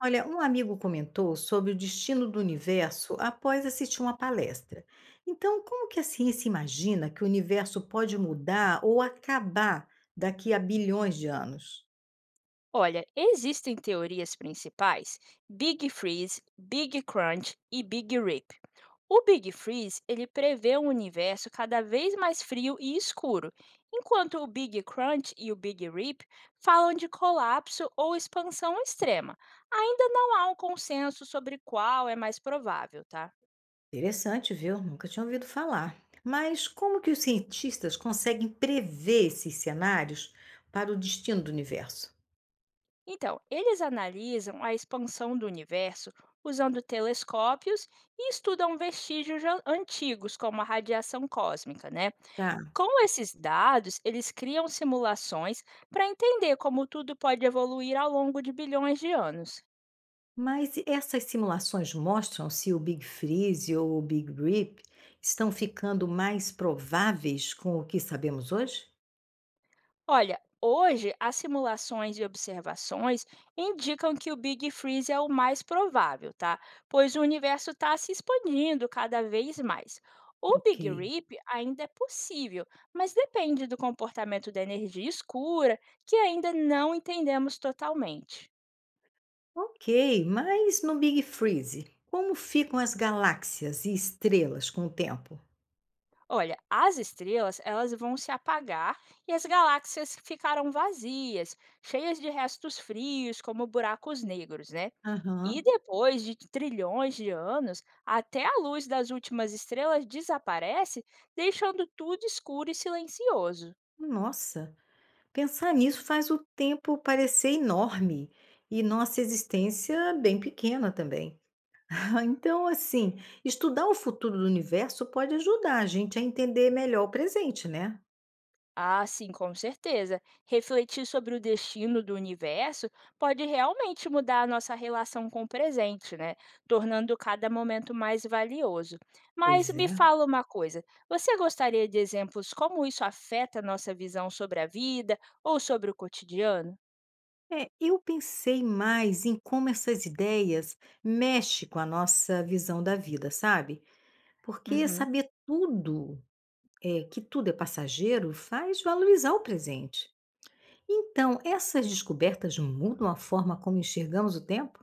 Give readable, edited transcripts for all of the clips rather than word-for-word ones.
Olha, um amigo comentou sobre o destino do universo após assistir uma palestra. Então, como que a ciência imagina que o universo pode mudar ou acabar daqui a bilhões de anos? Olha, existem teorias principais: Big Freeze, Big Crunch e Big Rip. O Big Freeze ele prevê um universo cada vez mais frio e escuro, enquanto o Big Crunch e o Big Rip falam de colapso ou expansão extrema. Ainda não há um consenso sobre qual é mais provável, tá? Interessante, viu? Nunca tinha ouvido falar. Mas como que os cientistas conseguem prever esses cenários para o destino do universo? Então, eles analisam a expansão do universo usando telescópios e estudam vestígios já antigos, como a radiação cósmica, né? Tá. Com esses dados, eles criam simulações para entender como tudo pode evoluir ao longo de bilhões de anos. Mas essas simulações mostram se o Big Freeze ou o Big Rip estão ficando mais prováveis com o que sabemos hoje? Olha, hoje as simulações e observações indicam que o Big Freeze é o mais provável, tá? Pois o universo está se expandindo cada vez mais. O Big Ok. Rip ainda é possível, mas depende do comportamento da energia escura, que ainda não entendemos totalmente. Ok, mas no Big Freeze, como ficam as galáxias e estrelas com o tempo? Olha, as estrelas, elas vão se apagar e as galáxias ficarão vazias, cheias de restos frios, como buracos negros, né? E Aham. depois de trilhões de anos, até a luz das últimas estrelas desaparece, deixando tudo escuro e silencioso. Nossa, pensar nisso faz o tempo parecer enorme e nossa existência bem pequena também. Então, assim, estudar o futuro do universo pode ajudar a gente a entender melhor o presente, né? Ah, sim, com certeza. Refletir sobre o destino do universo pode realmente mudar a nossa relação com o presente, né? Tornando cada momento mais valioso. Mas Pois me é. fala uma coisa: você gostaria de exemplos como isso afeta a nossa visão sobre a vida ou sobre o cotidiano? É, eu pensei mais em como essas ideias mexem com a nossa visão da vida, sabe? Porque Uhum. saber tudo, que tudo é passageiro, faz valorizar o presente. Então, essas descobertas mudam a forma como enxergamos o tempo?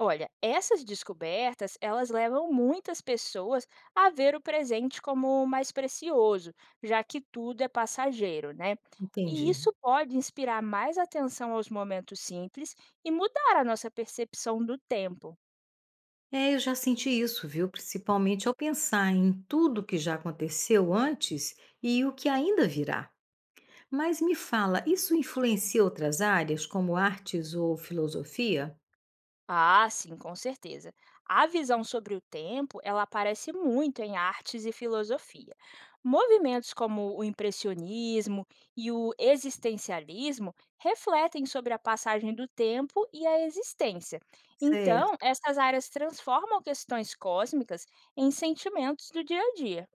Olha, essas descobertas, elas levam muitas pessoas a ver o presente como mais precioso, já que tudo é passageiro, né? E Entendi. isso pode inspirar mais atenção aos momentos simples e mudar a nossa percepção do tempo. É, eu já senti isso, viu? Principalmente ao pensar em tudo que já aconteceu antes e o que ainda virá. Mas me fala, isso influencia outras áreas, como artes ou filosofia? Ah, sim, com certeza. A visão sobre o tempo, ela aparece muito em artes e filosofia. Movimentos como o impressionismo e o existencialismo refletem sobre a passagem do tempo e a existência. Então, Certo. essas áreas transformam questões cósmicas em sentimentos do dia a dia.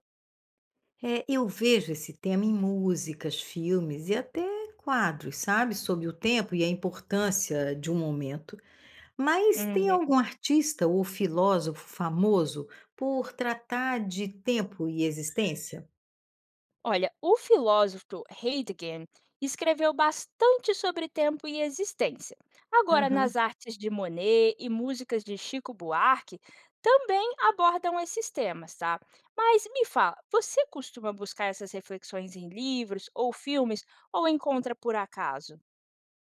É, eu vejo esse tema em músicas, filmes e até quadros, sabe, sobre o tempo e a importância de um momento. Mas tem Uhum. algum artista ou filósofo famoso por tratar de tempo e existência? Olha, o filósofo Heidegger escreveu bastante sobre tempo e existência. Agora, nas Aham. artes de Monet e músicas de Chico Buarque, também abordam esses temas, tá? Mas me fala, você costuma buscar essas reflexões em livros ou filmes ou encontra por acaso?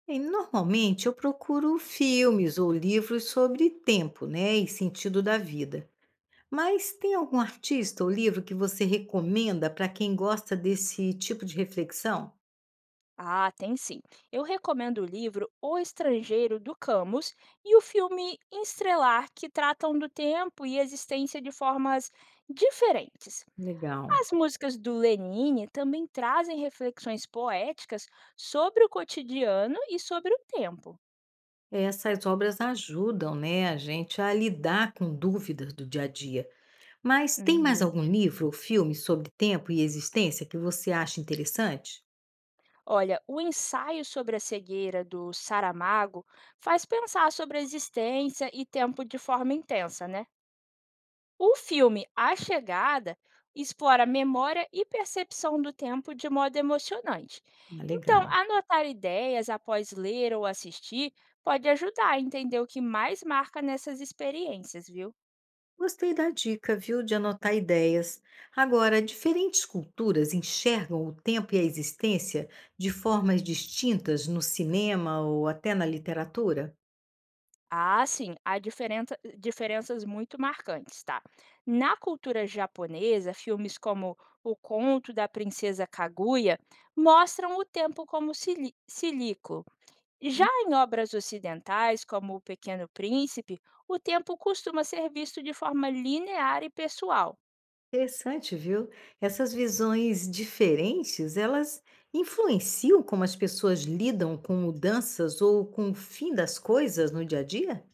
Bem, normalmente eu procuro filmes ou livros sobre tempo, né, e sentido da vida. Mas tem algum artista ou livro que você recomenda para quem gosta desse tipo de reflexão? Ah, tem sim. Eu recomendo o livro O Estrangeiro do Camus e o filme Estrelar, que tratam do tempo e existência de formas diferentes. Legal. As músicas do Lenine também trazem reflexões poéticas sobre o cotidiano e sobre o tempo. Essas obras ajudam, né, a gente a lidar com dúvidas do dia a dia. Mas tem mais Uhum. algum livro ou filme sobre tempo e existência que você acha interessante? Olha, o ensaio sobre a cegueira do Saramago faz pensar sobre a existência e tempo de forma intensa, né? O filme A Chegada explora a memória e percepção do tempo de modo emocionante. Ah, Então, legal. anotar ideias após ler ou assistir pode ajudar a entender o que mais marca nessas experiências, viu? Gostei da dica, viu, de anotar ideias. Agora, diferentes culturas enxergam o tempo e a existência de formas distintas no cinema ou até na literatura? Ah, sim, há diferenças muito marcantes, tá? Na cultura japonesa, filmes como O Conto da Princesa Kaguya mostram o tempo como cilíquo. Já em obras ocidentais, como O Pequeno Príncipe, o tempo costuma ser visto de forma linear e pessoal. Interessante, viu? Essas visões diferentes, elas influenciam como as pessoas lidam com mudanças ou com o fim das coisas no dia a dia?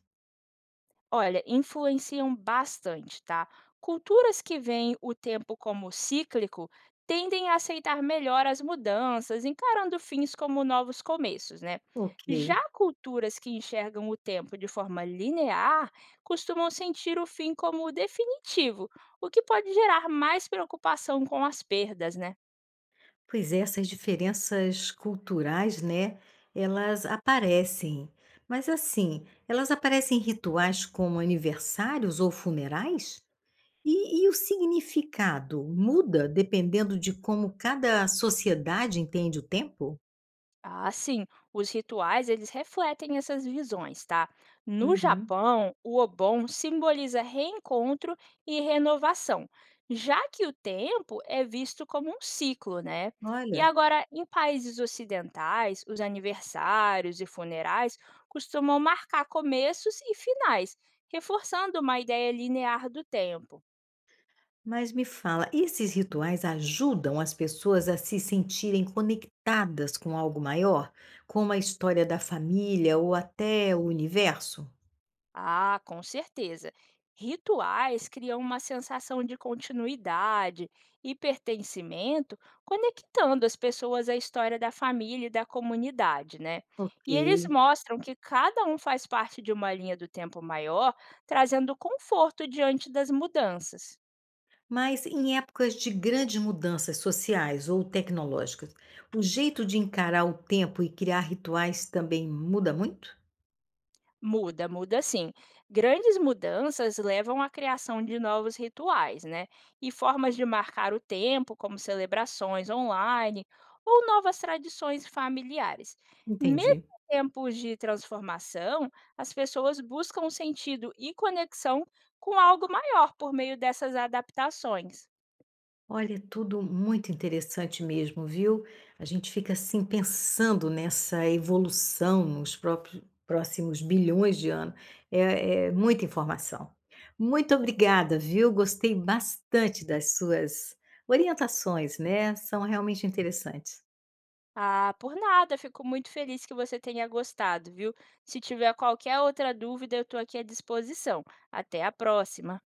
Olha, influenciam bastante, tá? Culturas que veem o tempo como cíclico tendem a aceitar melhor as mudanças, encarando fins como novos começos, né? Ok. Já culturas que enxergam o tempo de forma linear costumam sentir o fim como definitivo, o que pode gerar mais preocupação com as perdas, né? Pois é, essas diferenças culturais, né? Elas aparecem. Mas assim, elas aparecem em rituais como aniversários ou funerais? E o significado muda dependendo de como cada sociedade entende o tempo? Ah, sim. Os rituais, eles refletem essas visões, tá? No Uhum. Japão, o Obon simboliza reencontro e renovação, já que o tempo é visto como um ciclo, né? E Olha. agora, em países ocidentais, os aniversários e funerais costumam marcar começos e finais, reforçando uma ideia linear do tempo. Mas me fala, esses rituais ajudam as pessoas a se sentirem conectadas com algo maior, como a história da família ou até o universo? Ah, com certeza. Rituais criam uma sensação de continuidade e pertencimento, conectando as pessoas à história da família e da comunidade, né? Ok. E eles mostram que cada um faz parte de uma linha do tempo maior, trazendo conforto diante das mudanças. Mas em épocas de grandes mudanças sociais ou tecnológicas, o jeito de encarar o tempo e criar rituais também muda muito? Muda, muda sim. Grandes mudanças levam à criação de novos rituais, né? E formas de marcar o tempo, como celebrações online ou novas tradições familiares. Mesmo Entendi. em tempos de transformação, as pessoas buscam sentido e conexão com algo maior por meio dessas adaptações. Olha, é tudo muito interessante mesmo, viu? A gente fica assim pensando nessa evolução nos próximos bilhões de anos. É, é muita informação. Muito obrigada, viu? Gostei bastante das suas orientações, né? São realmente interessantes. Ah, por nada, fico muito feliz que você tenha gostado, viu? Se tiver qualquer outra dúvida, eu estou aqui à disposição. Até a próxima!